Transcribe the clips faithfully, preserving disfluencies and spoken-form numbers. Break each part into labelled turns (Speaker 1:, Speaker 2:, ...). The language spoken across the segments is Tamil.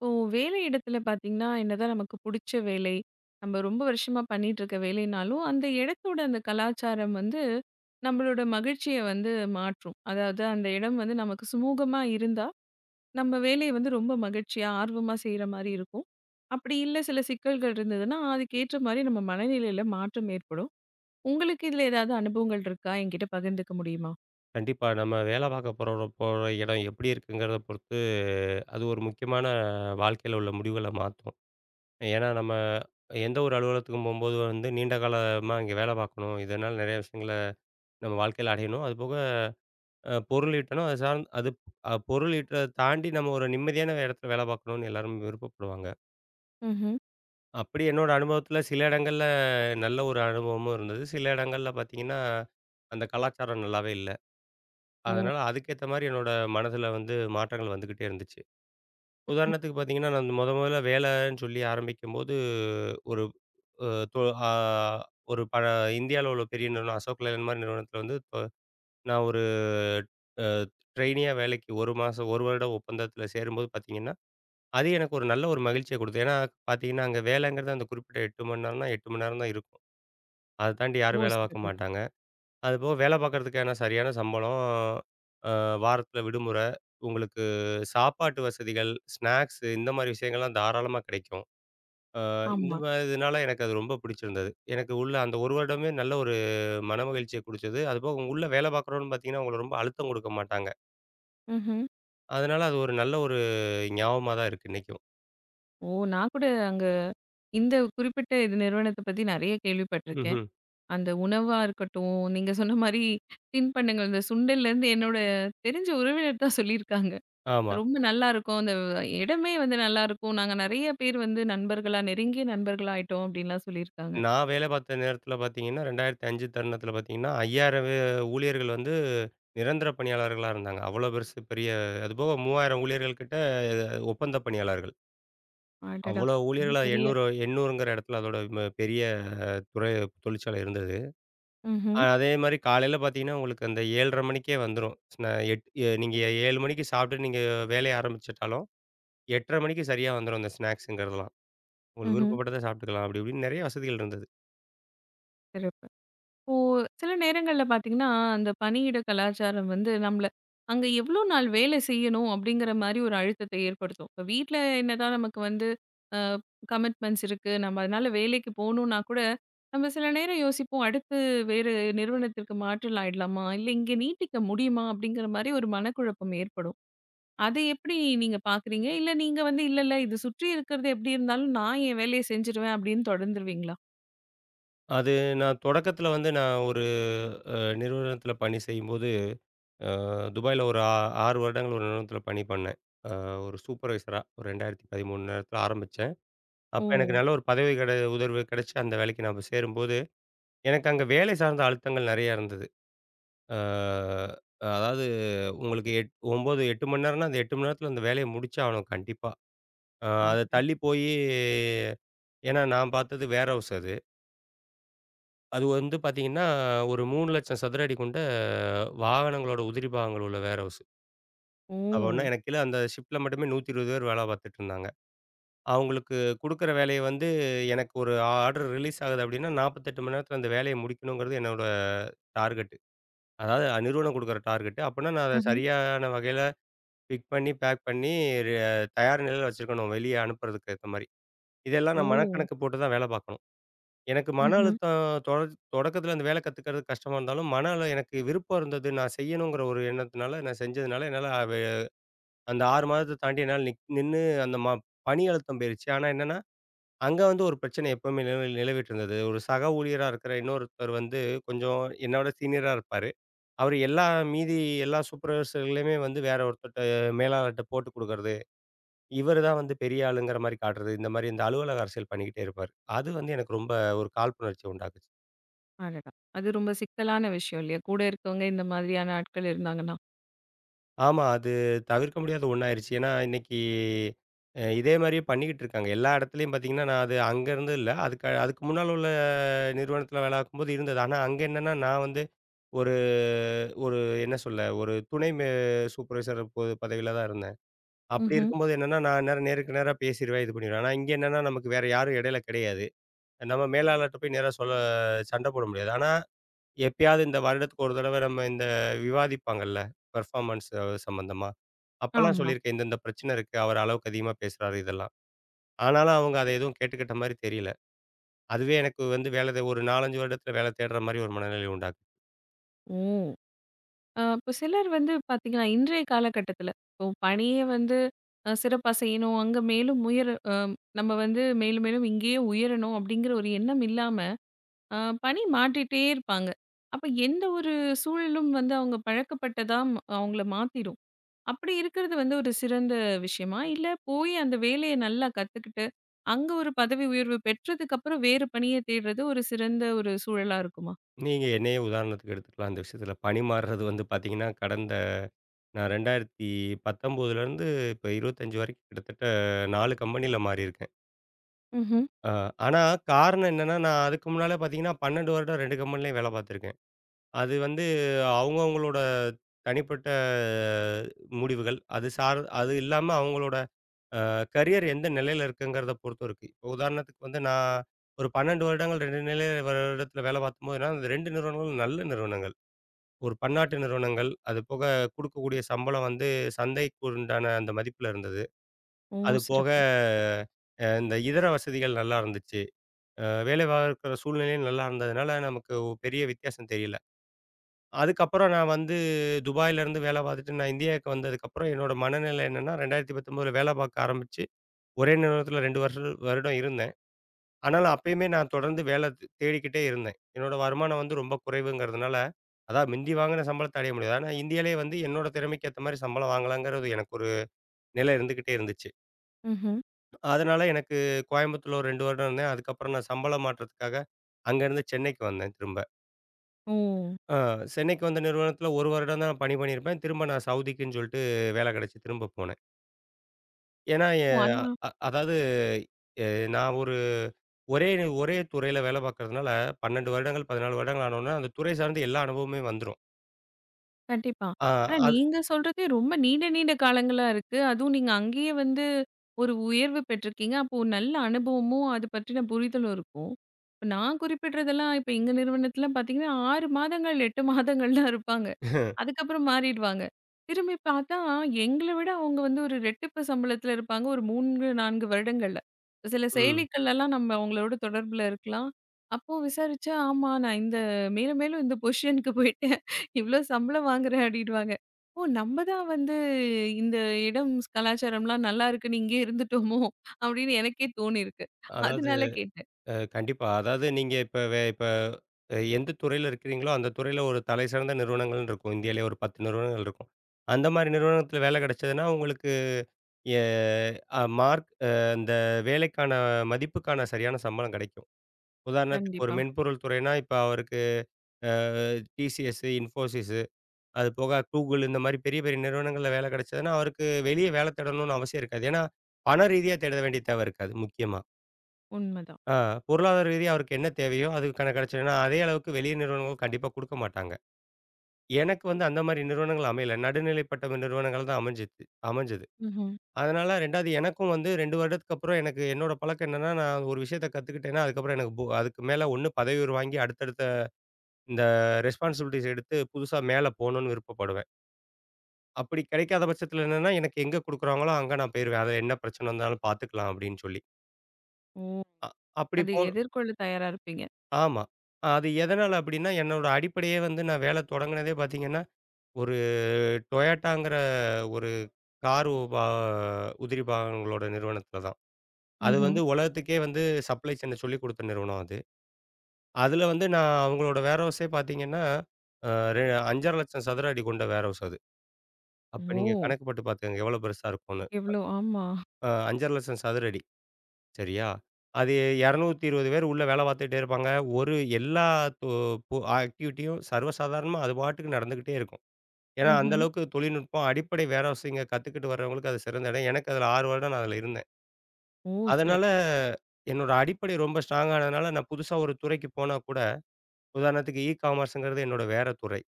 Speaker 1: இப்போ வேலை இடத்துல பார்த்தீங்கன்னா, என்னதான் நமக்கு புடிச்ச வேலை, நம்ம ரொம்ப வருஷமா பண்ணிட்டு இருக்க வேலைனாலும், அந்த இடத்தோட அந்த கலாச்சாரம் வந்து நம்மளோட மகிழ்ச்சிய வந்து மாற்றும். அதாவது அந்த இடம் வந்து நமக்கு சுமூகமா இருந்தா, நம்ம வேலைய வந்து ரொம்ப மகிழ்ச்சியா, ஆர்வமா செய்ற மாரி இருக்கும். அப்படி இல்ல சில சிக்கல்கள் இருந்ததுன்னா, அதுக்கேற்ற மாரி நம்ம மனநிலையில மாற்றம் ஏற்படும். உங்களுக்கு இதுல ஏதாவது அனுபவங்கள் இருக்கா? என்கிட்ட பகிர்ந்துக்க முடியுமா?
Speaker 2: கண்டிப்பா. நம்ம வேலை பார்க்க போற போற இடம் எப்படி இருக்குங்கிறத பொறுத்து, அது ஒரு முக்கியமான வாழ்க்கையில உள்ள முடிவுகள மாத்தும். ஏன்னா, நம்ம எந்த ஒரு அலுவலகத்துக்கும் போம்போது வந்து, நீண்ட காலமா இங்க வேலை பார்க்கணும். இதனால நெறைய விஷயங்கள நம்ம வாழ்க்கையில அடையணும். அதுபோக அ பொருள் ஈட்டணும். அது சார்ந் அது அ பொருள் ஈட்டுறத தாண்டி நம்ம ஒரு நிம்மதியான இடத்துல வேலை பார்க்கணும்னு எல்லாரும் விருப்பப்படுவாங்க.
Speaker 1: ம்ஹ்ம்.
Speaker 2: அப்படி என்னோட அனுபவத்துல சில இடங்கள்ல நல்ல ஒரு அனுபவமும் இருந்தது. சில இடங்கள்ல பார்த்தீங்கன்னா, அந்த கலாச்சாரம் நல்லாவே இல்ல.
Speaker 1: ஓ!
Speaker 2: அதனால அதுக்கேத்த மாரி என்னோட மனதில வந்து மாற்றங்கள் வந்துகிட்டே இருந்துச்சு. உதாரணத்துக்கு பார்த்தீங்கன்னா, நான் மொத மொதல்ல வேலைன்னு சொல்லி ஆரம்பிக்கும்போது, ஒரு அ தொ ஆ ஒரு ப இந்தியால உள்ள பெரிய நிறுவனம் அசோக் லேலண்ட் மாரி நிறுவனத்தில வந்து இப்ப நான் ஒரு அ ட்ரெய்னியா வேலைக்கு ஒரு மாசம் ஒரு வருட ஒப்பந்தத்தில சேரும்போது பார்த்தீங்கன்னா, அது எனக்கு ஒரு நல்ல ஒரு மகிழ்ச்சிய குடுத்தது. ஏன்னா பார்த்தீங்கன்னா, அங்க வேலைங்கிறது அந்த குறிப்பிட்ட எட்டு மணி நேரம்னா எட்டு மணி நேரம் தான் இருக்கும். அத தாண்டி யாரும்
Speaker 1: ஓ!
Speaker 2: வேலை பார்க்க
Speaker 1: சிறப்பு.
Speaker 2: மாட்டாங்க. அதுபோக வேலை பார்க்கறதுக்கான சரியான சம்பளம், அ வாரத்தில விடுமுறை, உங்களுக்கு சாப்பாட்டு வசதிகள், ஸ்நாக்ஸ் இந்த மாரி விஷயங்கள்லாம் தாராளமா கிடைக்கும். அ இந்த
Speaker 1: ஆமா.
Speaker 2: மா இதனால எனக்கு அது ரொம்ப பிடிச்சிருந்தது. எனக்கு உள்ள அந்த ஒரு வருடமே நல்ல ஒரு மனமகிழ்ச்சிய குடுச்சது. அதுபோக உங்க உள்ள வேலை பார்க்குறோம்ன்னு பார்த்தீங்கன்னா, உங்கள ரொம்ப அழுத்தம் குடுக்க மாட்டாங்க.
Speaker 1: ம்ஹ்ம்.
Speaker 2: அதனால அது ஒரு நல்ல ஒரு ஞாபகமா தான் இருக்கு இன்னைக்கும்.
Speaker 1: ஓ! நான் கூட அங்க இந்த குறிப்பிட்ட இது நிறுவனத்த பத்தி நெறைய கேள்விப்பட்டுருக்கேன்.
Speaker 2: ம்ஹ்ம்.
Speaker 1: அந்த உணவா இருக்கட்டும், நீங்க சொன்ன மாரி தின்பண்டங்கள் இந்த சுண்டல்லேருந்து என்னோட தெரிஞ்ச உறவினர் தான் சொல்லியிருக்காங்க.
Speaker 2: ஆமா.
Speaker 1: ரொம்ப நல்லாருக்கும். அந்த இடமே வந்து நல்லாருக்கும். நாங்க நெறைய பேர் வந்து நண்பர்களா நெருங்கிய நண்பர்களா ஆயிட்டோம் அப்டின்லாம் சொல்லியிருக்காங்க.
Speaker 2: நான் வேலை பார்த்த நேரத்தில பார்த்தீங்கன்னா, இரண்டாயிரத்து ஐந்து தருணத்தில பார்த்தீங்கன்னா, ஐந்தாயிரம் வே ஊழியர்கள் வந்து நிரந்தர பணியாளர்களா இருந்தாங்க. அவ்வளோ பெருசு பெரிய அதுபோக மூன்றாயிரம் ஊழியர்கள் கிட்ட ஒப்பந்த பணியாளர்கள்.
Speaker 1: அடடா!
Speaker 2: அவ்வளோ
Speaker 1: ம்.
Speaker 2: ஊழியர்கள
Speaker 1: பெரிய
Speaker 2: எண்ணூறு 800ங்கிற இடத்துல அதோட ம பெரிய துறை தொழிற்சாலை இருந்தது.
Speaker 1: ம்ஹ்ம்,
Speaker 2: ஆஹ் அதே மாரி காலையில பார்த்தீங்கன்னா, உங்களுக்கு அந்த ஏழரை மணிக்கே வந்துரும். ஸ்நா எட் எ நீங்க ஏழு மணிக்கு சாப்பிட்டு நீங்க வேலைய ஆரம்பிச்சுட்டாலும், எட்டரை மணிக்கு சரியா வந்துரும் அந்த ஸ்நாக்ஸுங்கிறதெல்லாம். உங்களுக்கு
Speaker 1: ம்ஹ்ம்.
Speaker 2: விருப்பப்பட்டத சாப்பிட்டுக்கலாம். அப்படி இப்படின்னு நெறைய வசதிகள் இருந்தது.
Speaker 1: சிறப்பு. இப்போ சில நேரங்கள்ல பார்த்தீங்கன்னா, அந்த பணியிட கலாச்சாரம் வந்து நம்மள அங்க எவ்ளோ நாள் வேலை செய்யணும் அப்படிங்கிற மாரி ஒரு அழுத்தத்தை ஏற்படுத்தும். இப்ப வீட்ல என்னதான் நமக்கு வந்து அ கமிட்மெண்ட்ஸ் இருக்கு. நம்ம அதனால வேலைக்கு போணும்னா கூட, நம்ம சில நேரம் யோசிப்போம். அடுத்து வேறு நிறுவனத்திற்கு மாற்றல் ஆயிடலாமா? இல்ல இங்க நீட்டிக்க முடியுமா? அப்படிங்கிற மாரி ஒரு மனக்குழப்பம் ஏற்படும். அதை எப்படி நீங்க பார்க்குறீங்க? இல்ல நீங்க வந்து இல்ல இல்ல இது சுற்றி இருக்கிறது எப்படி இருந்தாலும் நான் என் வேலைய செஞ்சுருவேன் அப்படின்னு தொடர்ந்துருவீங்களா?
Speaker 2: அது நான் தொடக்கத்தில வந்து நான் ஒரு அ நிறுவனத்தில பணி செய்யும்போது, அ துபாயில ஒரு ஆ ஆறு வருடங்கள் ஒரு நிறுவனத்தில பணி பண்ணேன். அ ஒரு சூப்பர்வைசரா ஒரு இரண்டாயிரத்து பதின்மூன்று நேரத்தில ஆரம்பிச்சேன்.
Speaker 1: ஓ!
Speaker 2: அப்ப எனக்கு நல்ல ஒரு பதவி கெட உயர்வு கிடைச்சு அந்த வேலைக்கு நான் போய் சேரும்போது, எனக்கு அங்க வேலை சார்ந்த அழுத்தங்கள் நெறையா இருந்தது. அ அதாவது உங்களுக்கு எட் ஒன்பது, எட்டு மணி நேரம்னா, அந்த எட்டு மணி நேரத்தில அந்த வேலைய முடிச்சாகணும் கண்டிப்பா. அ அத
Speaker 1: அடடா!
Speaker 2: தள்ளி போயி ஏன்னா நான் பார்த்தது வேர் ஹவுஸ் அது. அது வந்து பார்த்தீங்கன்னா, ஒரு மூன்று,லட்சம் சதுர அடி கொண்ட வாகனங்களோட உதிரி பாகங்கள் உள்ள வேர் ஹவுஸ். அப்பன்னா
Speaker 1: ஓ!
Speaker 2: எனக்கு கீழ அந்த ஷிப்ல மட்டுமே நூற்று இருபது பேர் வேலை பார்த்துட்டுருந்தாங்க. அவங்களுக்கு குடுக்குற வேலைய வந்து எனக்கு ஒரு ஆர்டர் ரிலீஸ் ஆகுது அப்டின்னா, நாற்பத்தி எட்டு மணி நேரத்தில அந்த வேலைய முடிக்கணுங்கிறது என்னோட டார்கெட். அதாவது அ- நிறுவனம் குடுக்குற டார்கெட். அப்பன்னா நான் அத சரியான வகையில பிக் பண்ணி, பேக் பண்ணி, ரி தயார் நிலையில வச்சிருக்கணும். வெளிய அனுப்புறதுக்கு ஏத்த மாரி. இதெல்லாம் நான்
Speaker 1: ஓ!
Speaker 2: மனக்கணக்கு போட்டு தான் வேலை பார்க்கணும். எனக்கு மன
Speaker 1: ம்ஹ்ம்.
Speaker 2: அழுத்தம் தொடர் தொடக்கத்துல அந்த வேலை கத்துக்கிறது கஷ்டமா இருந்தாலும், மன அழு எனக்கு விருப்பம் இருந்தது. நான் செய்யணுங்கிற ஒரு எண்ணத்தினால நான் செஞ்சதுனால, என்னால அது அந்த ஆறு மாதத்த தாண்டி என்னால நிக் நின்னு அந்த ம பணி அழுத்தம் போயிருச்சு. ஆனா என்னன்னா, அங்க வந்து ஒரு பிரச்சனை எப்பவுமே நிலவி நிலவிட்டு இருந்தது. ஒரு சக ஊழியரா இருக்கிற இன்னொருத்தர் வந்து கொஞ்சம் என்னோட சீனியரா இருப்பாரு. அவரு எல்லா மீதி எல்லா சூப்பர்வைசர்களையுமே வந்து வேற ஒருத்தர்ட்ட மேலாளர்ட்ட போட்டு குடுக்கறது. இவரு தான் வந்து பெரிய ஆளுங்கிற மாரி காட்டுறது. இந்த மாரி இந்த அலுவலக அரசியல் பண்ணிக்கிட்டே இருப்பாரு. அது வந்து எனக்கு ரொம்ப ஒரு காழ்ப்புணர்ச்சிய உண்டாக்குச்சு.
Speaker 1: அடடா! அது ரொம்ப சிக்கலான விஷயம் இல்லையா? கூட இருக்கவங்க இந்த மாதிரியான ஆட்கள் இருந்தாங்கன்னா.
Speaker 2: ஆமா. அது தவிர்க்க முடியாத ஒண்ணாயிருச்சு. ஏன்னா, இன்னைக்கு அ இதே மாரியே பண்ணிக்கிட்டு இருக்காங்க. எல்லா இடத்துலயும் பார்த்தீங்கன்னா, நான் அது அங்கேருந்து இல்ல. அதுக்கு அதுக்கு முன்னால உள்ள நிறுவனத்தில வேலை பார்க்கும்போது இருந்தது. ஆனா, அங்க என்னன்னா, நான் வந்து ஒரு ஒரு என்ன சொல்ல, ஒரு துணை மே சூப்பர்வைசர் பொ பதவியில தான் இருந்தேன். அப்படி
Speaker 1: ம்ஹ்ம்.
Speaker 2: இருக்கும்போது என்னன்னா, நான் நேர நேருக்கு நேரா பேசிருவேன், இது பண்ணிருவேன். ஆனா, இங்க என்னன்னா, நமக்கு வேற யாரும் இடையில கிடையாது. நம்ம மேலாளர்ட்ட போய் நேரா சொல்ல சண்டை போட முடியாது. ஆனா எப்பயாவது இந்த வருடத்துக்கு ஒரு தடவை நம்ம இந்த விவாதிப்பாங்கல்ல, பெர்ஃபார்மன்ஸ் சம்மந்தமா. அப்பலாம்
Speaker 1: ஆமா.
Speaker 2: சொல்லியிருக்கேன். இந்த இந்த பிரச்சனை இருக்கு. அவர் அளவுக்கு அதிகமா பேசுறாரு இதெல்லாம். ஆனாலும் அவங்க அத எதுவும் கேட்டுக்கிட்ட மாரி தெரியல. அதுவே எனக்கு வந்து வேலை தே ஒரு நான்கு, ஐந்து வருடத்துல வேலை தேடுற மாரி ஒரு மனநிலை உண்டாக்குது.
Speaker 1: ஓ! அ இப்ப சிலர் வந்து பார்த்தீங்கன்னா, இன்றைய காலகட்டத்தில இப்போ பணியே வந்து அ சிறப்பா செய்யணும். அங்க மேலும் உயர அ நம்ம வந்து மேலும் மேலும் இங்கேயே உயரணும் அப்படிங்கிற ஒரு எண்ணம் இல்லாம, அ பணி மாற்றிட்டே இருப்பாங்க. அப்ப எந்த ஒரு சூழலும் வந்து அவங்க பழக்கப்பட்டதா ம- அவங்கள மாத்திரும். அப்படி இருக்கிறது வந்து ஒரு சிறந்த விஷயமா? இல்ல போய் அந்த வேலைய நல்லா கத்துக்கிட்டு, அங்க ஒரு பதவி உயர்வு பெற்றதுக்கு அப்புறம் வேறு பணிய தேடுறது ஒரு சிறந்த ஒரு சூழலா இருக்குமா?
Speaker 2: நீங்க என்னையே உதாரணத்துக்கு எடுத்துக்கலாம் இந்த விஷயத்துல. பணி மாறுறது வந்து பார்த்தீங்கன்னா, கடந்த நான் இரண்டாயிரத்து பத்தொன்பதிலிருந்து இப்ப இரண்டாயிரத்து இருபத்தி ஐந்து வரைக்கும் கிட்டத்தட்ட நான்கு கம்பெனில மாறியிருக்கேன்.
Speaker 1: ம்ஹ்ம்.
Speaker 2: அ ஆனா காரணம் என்னன்னா, நான் அதுக்கு முன்னால பார்த்தீங்கன்னா, பன்னிரண்டு வருடம் இரண்டு கம்பெனிலயும் வேலை பார்த்துருக்கேன். அது வந்து அவங்கவங்களோட தனிப்பட்ட முடிவுகள். அது சார் அது இல்லாம அவங்களோட கரியர் எந்த நிலையில இருக்குங்கிறத பொறுத்தும் இருக்கு. இப்போ உதாரணத்துக்கு வந்து நான் ஒரு பன்னிரண்டு வருடங்கள் இரண்டு நிலை வருடத்துல வேலை பார்க்கும்போது என்னன்னா, அந்த இரண்டு நிறுவனங்களும் நல்ல நிறுவனங்கள். ஒரு பன்னாட்டு நிறுவனங்கள். அது போக குடுக்கக்கூடிய சம்பளம் வந்து சந்தைக்கு உண்டான அந்த மதிப்புல இருந்தது.
Speaker 1: ஓ!
Speaker 2: அது போக
Speaker 1: சிறப்பு.
Speaker 2: அ இந்த இதர வசதிகள் நல்லா இருந்துச்சு. அ வேலை பார்க்குற சூழ்நிலையும் நல்லா இருந்ததுனால நமக்கு ஒ- பெரிய வித்தியாசம் தெரியல. அதுக்கப்புறம் நான் வந்து துபாயிலருந்து வேலை பார்த்துட்டு, நான் இந்தியாவுக்கு வந்ததுக்கப்புறம் என்னோட மனநிலை என்னன்னா, இரண்டாயிரத்து பத்தொன்பது வேலை பார்க்க ஆரம்பிச்சு, ஒரே நிறுவனத்தில இரண்டு வருஷ வருடம் இருந்தேன். ஆனாலும் அப்பயுமே நான் தொடர்ந்து வேலை த் தேடிக்கிட்டே இருந்தேன். என்னோட வருமானம் வந்து ரொம்ப குறைவுங்கிறதுனால, அதாவது மிந்தி வாங்கின சம்பளத்த அடைய முடியாது. ஆனா இந்தியாலயே வந்து என்னோட திறமைக்கு ஏத்த மாரி சம்பளம் வாங்கலாங்கிறது எனக்கு ஒரு நிலை இருந்துகிட்டே இருந்துச்சு.
Speaker 1: ம்ஹ்ம்.
Speaker 2: அதனால எனக்கு கோயம்புத்தூர்ல ஒரு இரண்டு வருடம் இருந்தேன். அதுக்கப்புறம் நான் சம்பள மாற்றத்துக்காக அங்கேருந்து சென்னைக்கு வந்தேன் திரும்ப.
Speaker 1: ஓ!
Speaker 2: ஆ, சென்னைக்கு வந்த நிறுவனத்தில ஒரு வருடம் தான் பணி பண்ணியிருப்பேன். திரும்ப நான் சவுதிக்குன்னு சொல்லிட்டு வேலை கிடைச்சு திரும்ப போனேன். ஏன்னா, எ
Speaker 1: ஓ,
Speaker 2: அ
Speaker 1: ஆனா
Speaker 2: அ- அதாவது எ நான் ஒரு ஒரே ஒரே துறையில வேலை பார்க்கறதுனால பன்னிரண்டு வருடங்கள், பதினான்கு வருடங்கள் ஆனோனே, அந்த துறை சார்ந்த எல்லா அனுபவமுமே வந்துரும்.
Speaker 1: கண்டிப்பா.
Speaker 2: ஆ
Speaker 1: ஆனா
Speaker 2: அது
Speaker 1: நீங்க சொல்றதே ரொம்ப நீண்ட நீண்ட காலங்களா இருக்கு. அதுவும் நீங்க அங்கேயே வந்து ஒரு உயர்வு பெற்றிருக்கீங்க. அப்போ ஒரு நல்ல அனுபவமும், அது பற்றின புரிதலும் இருக்கும். இப்ப நான் குறிப்பிடுறதெல்லாம் இப்ப எங்க நிறுவனத்திலாம் பார்த்தீங்கன்னா, ஆறு மாதங்கள், எட்டு மாதங்கள் தான் இருப்பாங்க. அதுக்கப்புறம் மாறிடுவாங்க. திரும்பி பார்த்தா, எங்கள விட அவங்க வந்து ஒரு ரெட்டிப்பு சம்பளத்தில இருப்பாங்க. ஒரு மூன்று, நான்கு வருடங்கள்ல. சில
Speaker 2: ம்.
Speaker 1: செயலிகள்லலாம் நம்ம அவங்களோட தொடர்புல இருக்கலாம். அப்போ விசாரிச்சா, ஆமா நான் இந்த மேலும் மேலும் இந்த பொசிஷனுக்கு போயிட்டேன். இவ்ளோ சம்பளம் வாங்குறேன் அப்டின்னுவாங்க. ஓ! நம்ம தான் வந்து இந்த இடம் கலாச்சாரம்லாம் நல்லா இருக்குன்னு இங்கேயே இருந்துட்டோமோ! அப்டின்னு எனக்கே தோணியிருக்கு.
Speaker 2: அதாவது
Speaker 1: அதனால கேட்டேன்.
Speaker 2: அ கண்டிப்பா. அதாவது நீங்க இப்ப வே இப்ப அ எந்த துறையில இருக்கிறீங்களோ, அந்த துறையில ஒரு தலை சிறந்த நிறுவனங்கள்ன்னு இருக்கும். இந்தியாவிலேயே ஒரு பத்து நிறுவனங்கள் இருக்கும். அந்த மாரி நிறுவனத்தில வேலை கிடைச்சதுன்னா, உங்களுக்கு எ அ மார்க் அ அந்த வேலைக்கான மதிப்புக்கான சரியான சம்பளம் கிடைக்கும். உதாரணத்துக்கு ஒரு
Speaker 1: கண்டிப்பா.
Speaker 2: மென்பொருள் துறைனா, இப்ப அவருக்கு அ T C S, Infosys அது போக Google இந்த மாரி பெரிய பெரிய நிறுவனங்கள்ல வேலை கிடைச்சதுன்னா, அவருக்கு வெளிய வேலை தேடணும்னு அவசியம் இருக்காது. ஏன்னா, பண ரீதியா தேட வேண்டிய தேவை இருக்காது முக்கியமா.
Speaker 1: உண்மதான்.
Speaker 2: ஆ பொருளாதார ரீதியா அவருக்கு என்ன தேவையோ அதுக்கான கிடைச்சதுன்னா, அதே அளவுக்கு வெளிய நிறுவனங்கள் கண்டிப்பா குடுக்க மாட்டாங்க. எனக்கு வந்து அந்த மாரி நிறுவனங்கள் அமையல. நடுநிலைப்பட்ட நிறுவனங்கள் தான் அமைஞ்சுச்சு அமைஞ்சது.
Speaker 1: ம்ஹ்ம்.
Speaker 2: அதனால இரண்டாவது எனக்கும் வந்து இரண்டு வருடத்துக்கு அப்புறம் எனக்கு என்னோட பழக்கம் என்னன்னா, நான் ஒரு விஷயத்த கத்துக்கிட்டேன்னா, அதுக்கப்புறம் எனக்கு பு அதுக்கு மேல ஒண்ணு பதவி உயர்வு வாங்கி அடுத்தடுத்த இந்த ரெஸ்பான்சிபிலிட்டிஸ் எடுத்து புதுசா மேல போணும்னு விருப்பப்படுவேன். அப்படி கிடைக்காத பட்சத்துல என்னன்னா, எனக்கு எங்க குடுக்குறாங்களோ அங்க நான் போயிருவேன். அதுல என்ன பிரச்சனை வந்தாலும் பார்த்துக்கலாம் அப்படின்னு சொல்லி.
Speaker 1: ஓ!
Speaker 2: அ அப்படி
Speaker 1: அது
Speaker 2: போ
Speaker 1: எதிர்கொள்ள தயாரா இருப்பீங்க.
Speaker 2: ஆமா. அஹ் அது எதனால அப்படின்னா, என்னோட அடிப்படையே வந்து நான் வேலை தொடங்குனதே பார்த்தீங்கன்னா, ஒரு Toyotaங்கிற ஒரு கார் உபா உதிரி பாகங்களோட நிறுவனத்துல தான். அது
Speaker 1: ம்ஹ்ம்.
Speaker 2: வந்து உலகத்துக்கே வந்து சப்ளை செயின சொல்லிக் குடுத்த நிறுவனம் அது. அதுல வந்து நான் அவங்களோட வேர் ஹவுஸே பார்த்தீங்கன்னா, அ ரெ ஐந்து,ஆறு,லட்சம் சதுர அடி கொண்ட வேர் ஹவுஸ் அது. அப்ப நீங்க
Speaker 1: ஓ!
Speaker 2: கணக்கு போட்டு பார்த்துக்கங்க எவ்வளோ பெருசா இருக்கும்னு.
Speaker 1: எவ்ளோ? ஆமா.
Speaker 2: அ ஐந்து,ஆறு,லட்சம் சதுர அடி சரியா? அது இருநூற்று இருபது பேர் உள்ள வேலை பார்த்துக்கிட்டே இருப்பாங்க. ஒரு எல்லா தொ பொ ஆக்டிவிட்டியும் சர்வசாதாரணமா அது பாட்டுக்கு நடந்துகிட்டே இருக்கும். ஏன்னா, அந்த
Speaker 1: ம்ஹ்ம்.
Speaker 2: அளவுக்கு தொழில்நுட்பம் அடிப்படை வேர் ஹவுஸிங்க கத்துக்கிட்டு வர்றவங்களுக்கு அது சிறந்த இடம். எனக்கு அதுல ஆறு வருடம் நான் அதுல இருந்தேன்.
Speaker 1: ஓ!
Speaker 2: அதனால,
Speaker 1: சிறப்பு.
Speaker 2: என்னோட அடிப்படை ரொம்ப ஸ்ட்ராங் ஆனதுனால, நான் புதுசா ஒரு துறைக்கு போனா கூட, உதாரணத்துக்கு இ காமர்ஸ்ங்கிறது என்னோட வேற துறை.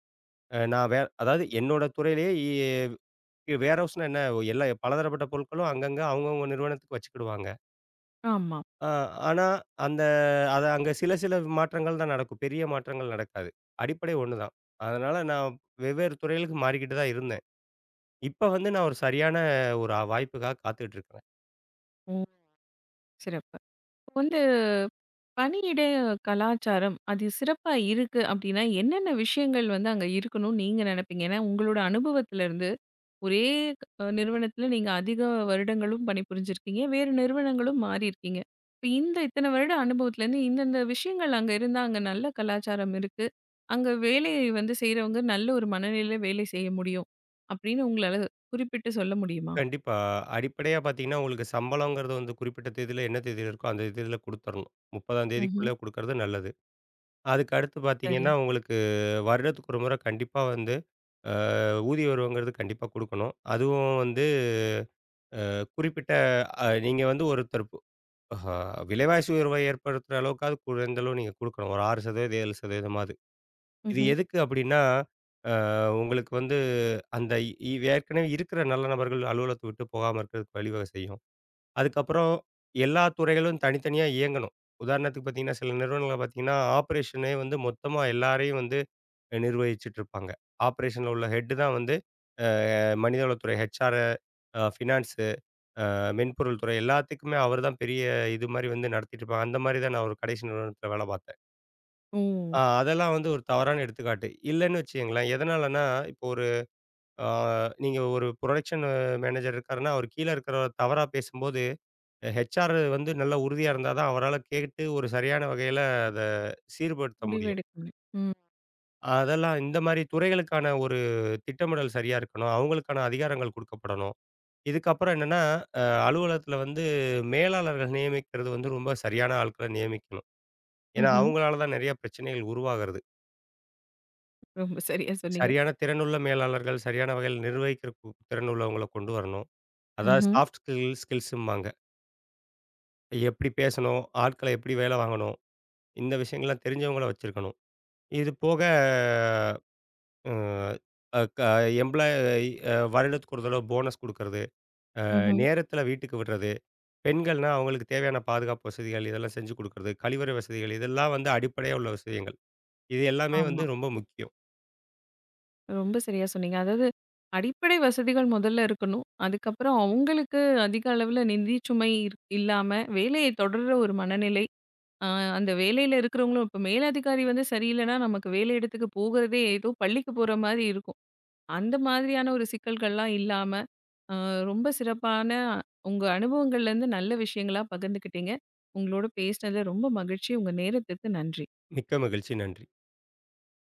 Speaker 2: அ நான் வே அதாவது என்னோட துறையிலேயே இ வேர்ஹவுஸ்னா என்ன? எல்லா பலதரப்பட்ட பொருட்களும் அங்கங்க அவங்கவங்க நிறுவனத்துக்கு வச்சுக்கிடுவாங்க.
Speaker 1: ஆமா.
Speaker 2: அ ஆனா, அந்த அத அங்க சில சில மாற்றங்கள் தான் நடக்கும். பெரிய மாற்றங்கள் நடக்காது. அடிப்படை ஒண்ணு தான். அதனால நான் வெவ்வேறு துறைகளுக்கு மாறிக்கிட்டு தான் இருந்தேன். இப்ப வந்து நான் ஒரு சரியான ஒரு வாய்ப்புக்காக காத்துக்கிட்டு இருக்கேன்.
Speaker 1: ஓ! சிறப்பு. இப்ப வந்து பணியிட கலாச்சாரம் அது சிறப்பா இருக்கு அப்டின்னா, என்னென்ன விஷயங்கள் வந்து அங்க இருக்கணும்னு நீங்க நெனைப்பீங்க? ஏன்னா, உங்களோட அனுபவத்திலருந்து ஒரே அ நிறுவனத்துல நீங்க அதிக வருடங்களும் பணிபுரிஞ்சிருக்கீங்க. வேறு நிறுவனங்களும் மாறியிருக்கீங்க. இப்ப இந்த இத்தன வருட அனுபவத்துலேருந்து இந்தந்த விஷயங்கள் அங்க இருந்தா, அங்க நல்ல கலாச்சாரம் இருக்கு. அங்க வேலையை வந்து செய்றவங்க நல்ல ஒரு மனநிலையில வேலை செய்ய முடியும். அப்படின்னு உங்களால குறிப்பிட்டு சொல்ல முடியுமா?
Speaker 2: கண்டிப்பா. அடிப்படையா பார்த்தீங்கன்னா, உங்களுக்கு சம்பளங்கிறது வந்து குறிப்பிட்ட தேதியில என்ன தேதியில இருக்கோ, அந்த தேதியில குடுத்தரணும். முப்பதாம்
Speaker 1: ம்ஹ்ம்.
Speaker 2: தேதிக்குள்ள குடுக்கறது நல்லது. அதுக்கு அடுத்து
Speaker 1: சரி.
Speaker 2: பார்த்தீங்கன்னா, உங்களுக்கு வருடத்துக்கு ஒரு முறை கண்டிப்பா வந்து அ ஊதிய உயர்வுங்கிறது கண்டிப்பா குடுக்கணும். அதுவும் வந்து அஹ், குறிப்பிட்ட அ நீங்க வந்து ஒருத்தர் பு அஹா விலைவாசி உயர்வை ஏற்படுத்துற அளவுக்காவது குறைந்த அளவு நீங்க குடுக்கணும். ஒரு ஆறு சதவீதம் ஏழு சதவீதம் மாவது. இது
Speaker 1: ம்ஹ்ம்.
Speaker 2: எதுக்கு அப்டின்னா, அ உங்களுக்கு வந்து அந்த இ ஏற்கனவே இருக்கிற நல்ல நபர்கள் அலுவலகத்த விட்டு போகாம இருக்கிறதுக்கு வழிவகை செய்யும். அதுக்கப்புறம் எல்லா துறைகளும் தனித்தனியா இயங்கணும். உதாரணத்துக்கு பார்த்தீங்கன்னா, சில நிறுவனங்கள்ல பார்த்தீங்கன்னா, ஆப்பரேஷனே வந்து மொத்தமா எல்லாரையும் வந்து நிர்வகிச்சுட்டு இருப்பாங்க. ஆப்பரேஷன்ல உள்ள ஹெட் தான் வந்து அ மனிதவளத்துறை, ஹெச்ஆர், அ ஃபினான்ஸு, அ மென்பொருள் துறை எல்லாத்துக்குமே அவர் தான் பெரிய இது மாரி வந்து நடத்திட்டு இருப்பாங்க. அந்த மாரி தான் நான் ஒரு கடைசி நிறுவனத்தில வேலை பார்த்தேன்.
Speaker 1: ஓ!
Speaker 2: அ அதெல்லாம் வந்து ஒரு தவறான எடுத்துக்காட்டு. இல்லன்னு வச்சுக்கங்களேன், எதனாலன்னா இப்போ ஒரு அ நீங்க ஒரு புரொடக்ஷன் மேனேஜர் இருக்காருன்னா, அவர் கீழ இருக்கிறவர் தவறா பேசும்போது ஹெச்ஆர் வந்து நல்ல உறுதியா இருந்தா தான் அவரால கேட்டு ஒரு சரியான வகையில அத சீர்படுத்த
Speaker 1: முடிவு
Speaker 2: முடியும்.
Speaker 1: எடுக்கணும். ம்.
Speaker 2: அதெல்லாம் இந்த மாரி துறைகளுக்கான ஒரு திட்டமிடல் சரியா இருக்கணும். அவங்களுக்கான அதிகாரங்கள் குடுக்கப்படணும். இதுக்கப்புறம் என்னன்னா, அ அலுவலகத்தில வந்து மேலாளர்கள் நியமிக்கிறது வந்து ரொம்ப சரியான ஆட்கள நியமிக்கணும். ஏன்னா,
Speaker 1: ம்ஹ்ம்.
Speaker 2: அவங்களால தான் நெறைய பிரச்சனைகள் உருவாகிறது.
Speaker 1: ரொம்ப சரியா சொன்னீங்க.
Speaker 2: சரியான திறனுள்ள மேலாளர்கள், சரியான வகையில் நிர்வகிக்கிற கு திறன் உள்ளவங்கள கொண்டு வரணும். அதாவது
Speaker 1: ம்ஹ்ம்.
Speaker 2: சாஃப்ட் ஸ்கில் ஸ்கில்ஸும்பாங்க. எப்படி பேசணும்? ஆட்கள எப்படி வேல வாங்கணும்? இந்த விஷயங்கள்லாம் தெரிஞ்சவங்கள வச்சிருக்கணும். இது போக ம், அ க எம்ப்ளாய் அ வருடத்துக்கு ஒரு தடவ போனஸ் குடுக்கறது, அ
Speaker 1: ம்ஹ்ம்.
Speaker 2: நேரத்தில வீட்டுக்கு விடுறது, பெண்கள்னா அவங்களுக்கு தேவையான பாதுகாப்பு வசதிகள் இதெல்லாம் செஞ்சு குடுக்கறது, கழிவறை வசதிகள் இதெல்லாம் வந்து அடிப்படையா உள்ள விஷயங்கள். இது எல்லாமே வந்து
Speaker 1: ஆமா.
Speaker 2: ரொம்ப முக்கியம்.
Speaker 1: ரொம்ப சரியா சொன்னீங்க. அதாவது அடிப்படை வசதிகள் முதல்ல இருக்கணும். அதுக்கப்புறம் அவங்களுக்கு அதிக அளவுல நிதி சுமை இர் இல்லாம வேலையை தொடர்ற ஒரு மனநிலை. அ அந்த வேலையில இருக்கிறவங்களும் இப்ப மேலதிகாரி வந்து சரியில்லைன்னா, நமக்கு வேலை இடத்துக்கு போகுறதே ஏதோ பள்ளிக்கு போற மாரி இருக்கும். அந்த மாதிரியான ஒரு சிக்கல்கள்லாம் இல்லாம, அ ரொம்ப சிறப்பான உங்க அனுபவங்கள்லேருந்து நல்ல விஷயங்களா பகிர்ந்துக்கிட்டீங்க. உங்களோட பேசினதுல ரொம்ப மகிழ்ச்சி. உங்க நேரத்துக்கு நன்றி.
Speaker 2: மிக்க மகிழ்ச்சி. நன்றி.